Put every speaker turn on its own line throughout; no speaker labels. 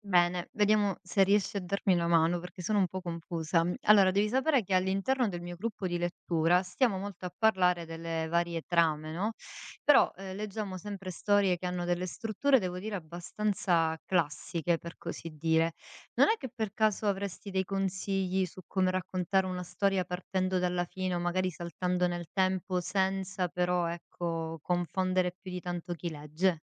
Bene, vediamo se riesci a darmi una mano perché sono un po' confusa. Allora, devi sapere che all'interno del mio gruppo di lettura stiamo molto a parlare delle varie trame, no? Però leggiamo sempre storie che hanno delle strutture, devo dire, abbastanza classiche, per così dire. Non è che per caso avresti dei consigli su come raccontare una storia partendo dalla fine o magari saltando nel tempo senza però, ecco, confondere più di tanto chi legge?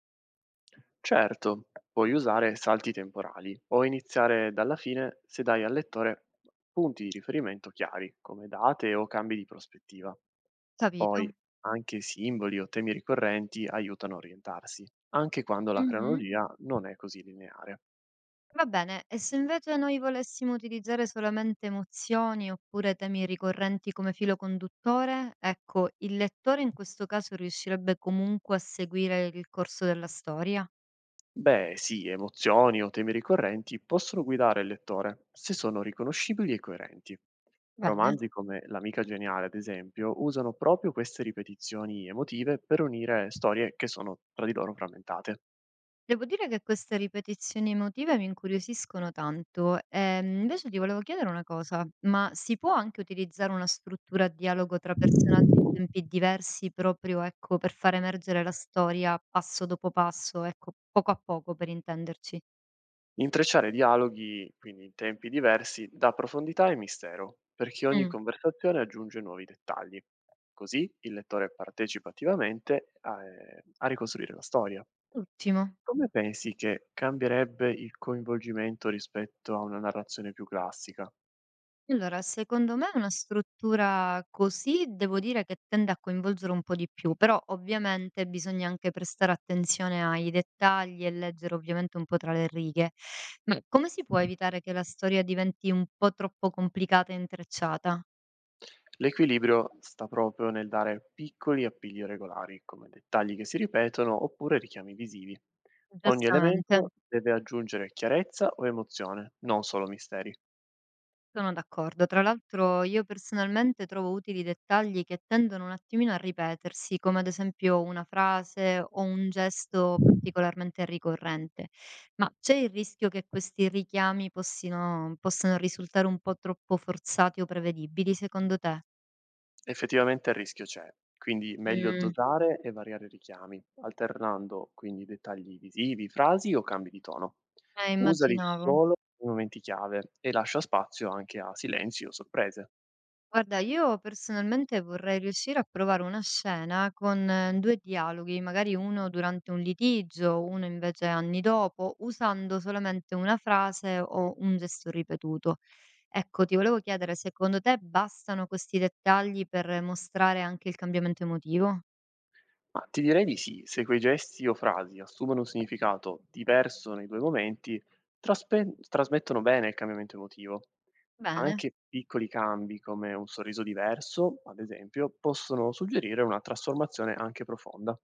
Certo, puoi usare salti temporali o iniziare dalla fine se dai al lettore punti di riferimento chiari, come date o cambi di prospettiva.
Capito?
Poi anche simboli o temi ricorrenti aiutano a orientarsi, anche quando la cronologia non è così lineare.
Va bene, e se invece noi volessimo utilizzare solamente emozioni oppure temi ricorrenti come filo conduttore, ecco, il lettore in questo caso riuscirebbe comunque a seguire il corso della storia.
Beh, sì, emozioni o temi ricorrenti possono guidare il lettore, se sono riconoscibili e coerenti.
Bene.
Romanzi come L'amica geniale, ad esempio, usano proprio queste ripetizioni emotive per unire storie che sono tra di loro frammentate.
Devo dire che queste ripetizioni emotive mi incuriosiscono tanto. E invece ti volevo chiedere una cosa, ma si può anche utilizzare una struttura a dialogo tra personaggi in tempi diversi proprio, ecco, per far emergere la storia passo dopo passo, ecco, poco a poco per intenderci?
Intrecciare dialoghi, quindi in tempi diversi, dà profondità e mistero, perché ogni
Mh,
conversazione aggiunge nuovi dettagli. Così il lettore partecipa attivamente a ricostruire la storia.
ottimo.
Come pensi che cambierebbe il coinvolgimento rispetto a una narrazione più classica?
Allora secondo me una struttura così devo dire che tende a coinvolgere un po' di più, però ovviamente bisogna anche prestare attenzione ai dettagli e leggere ovviamente un po' tra le righe. Ma come si può evitare che la storia diventi un po' troppo complicata e intrecciata?
L'equilibrio sta proprio nel dare piccoli appigli regolari, come dettagli che si ripetono oppure richiami visivi. Ogni
Giustamente.
elemento deve aggiungere chiarezza o emozione, non solo misteri.
Sono d'accordo. Tra l'altro io personalmente trovo utili dettagli che tendono un attimino a ripetersi, come ad esempio una frase o un gesto particolarmente ricorrente. Ma c'è il rischio che questi richiami possano risultare un po' troppo forzati o prevedibili, secondo te?
Effettivamente il rischio c'è, quindi meglio
Mm,
dosare e variare i richiami, alternando quindi dettagli visivi, frasi o cambi di tono. Usali
immaginavo.
solo nei momenti chiave e lascia spazio anche a silenzi o sorprese.
Guarda, io personalmente vorrei riuscire a provare una scena con due dialoghi, magari uno durante un litigio, uno invece anni dopo, usando solamente una frase o un gesto ripetuto. Ecco, ti volevo chiedere, secondo te bastano questi dettagli per mostrare anche il cambiamento emotivo?
Ma ti direi di sì, se quei gesti o frasi assumono un significato diverso nei due momenti, trasmettono bene il cambiamento emotivo.
Bene.
Anche piccoli cambi come un sorriso diverso, ad esempio, possono suggerire una trasformazione anche profonda.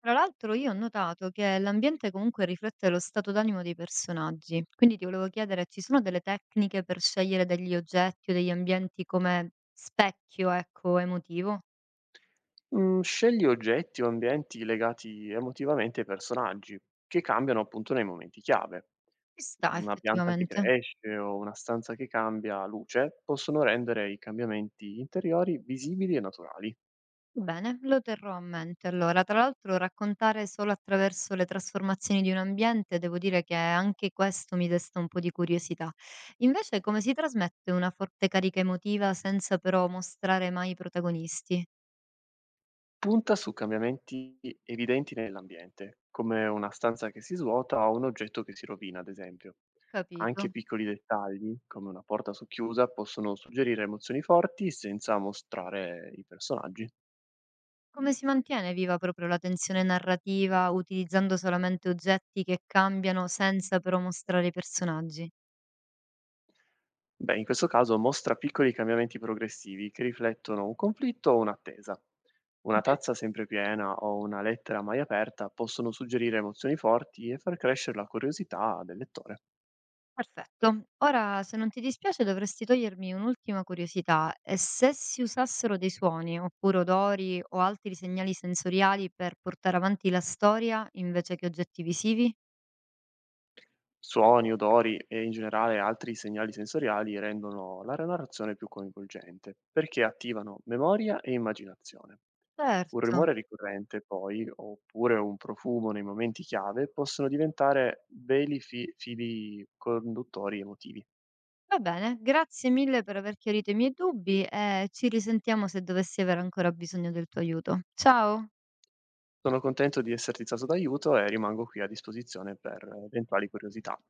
Tra l'altro io ho notato che l'ambiente comunque riflette lo stato d'animo dei personaggi, quindi ti volevo chiedere, ci sono delle tecniche per scegliere degli oggetti o degli ambienti come specchio, ecco, emotivo?
Mhmm, scegli oggetti o ambienti legati emotivamente ai personaggi, che cambiano appunto nei momenti chiave.
Ci sta
Una pianta che
effettivamente.
cresce o una stanza che cambia luce possono rendere i cambiamenti interiori visibili e naturali.
Bene, lo terrò a mente. Allora, tra l'altro raccontare solo attraverso le trasformazioni di un ambiente, devo dire che anche questo mi desta un po' di curiosità. Invece, come si trasmette una forte carica emotiva senza però mostrare mai i protagonisti?
Punta su cambiamenti evidenti nell'ambiente, come una stanza che si svuota o un oggetto che si rovina, ad esempio. Anche
Capito.
piccoli dettagli, come una porta socchiusa, possono suggerire emozioni forti senza mostrare i personaggi.
Come si mantiene viva proprio la tensione narrativa utilizzando solamente oggetti che cambiano senza però mostrare i personaggi?
Beh, in questo caso mostra piccoli cambiamenti progressivi che riflettono un conflitto o un'attesa. Una
Mhm.
tazza sempre piena o una lettera mai aperta possono suggerire emozioni forti e far crescere la curiosità del lettore.
Perfetto. Ora, se non ti dispiace, dovresti togliermi un'ultima curiosità. E se si usassero dei suoni, oppure odori o altri segnali sensoriali per portare avanti la storia invece che oggetti visivi?
Suoni, odori e in generale altri segnali sensoriali rendono la narrazione più coinvolgente perché attivano memoria e immaginazione. Un
Certo.
rumore ricorrente, poi, oppure un profumo nei momenti chiave possono diventare veli fili conduttori emotivi.
Va bene, grazie mille per aver chiarito i miei dubbi e ci risentiamo se dovessi aver ancora bisogno del tuo aiuto. Ciao!
Sono contento di esserti stato d'aiuto e rimango qui a disposizione per eventuali curiosità.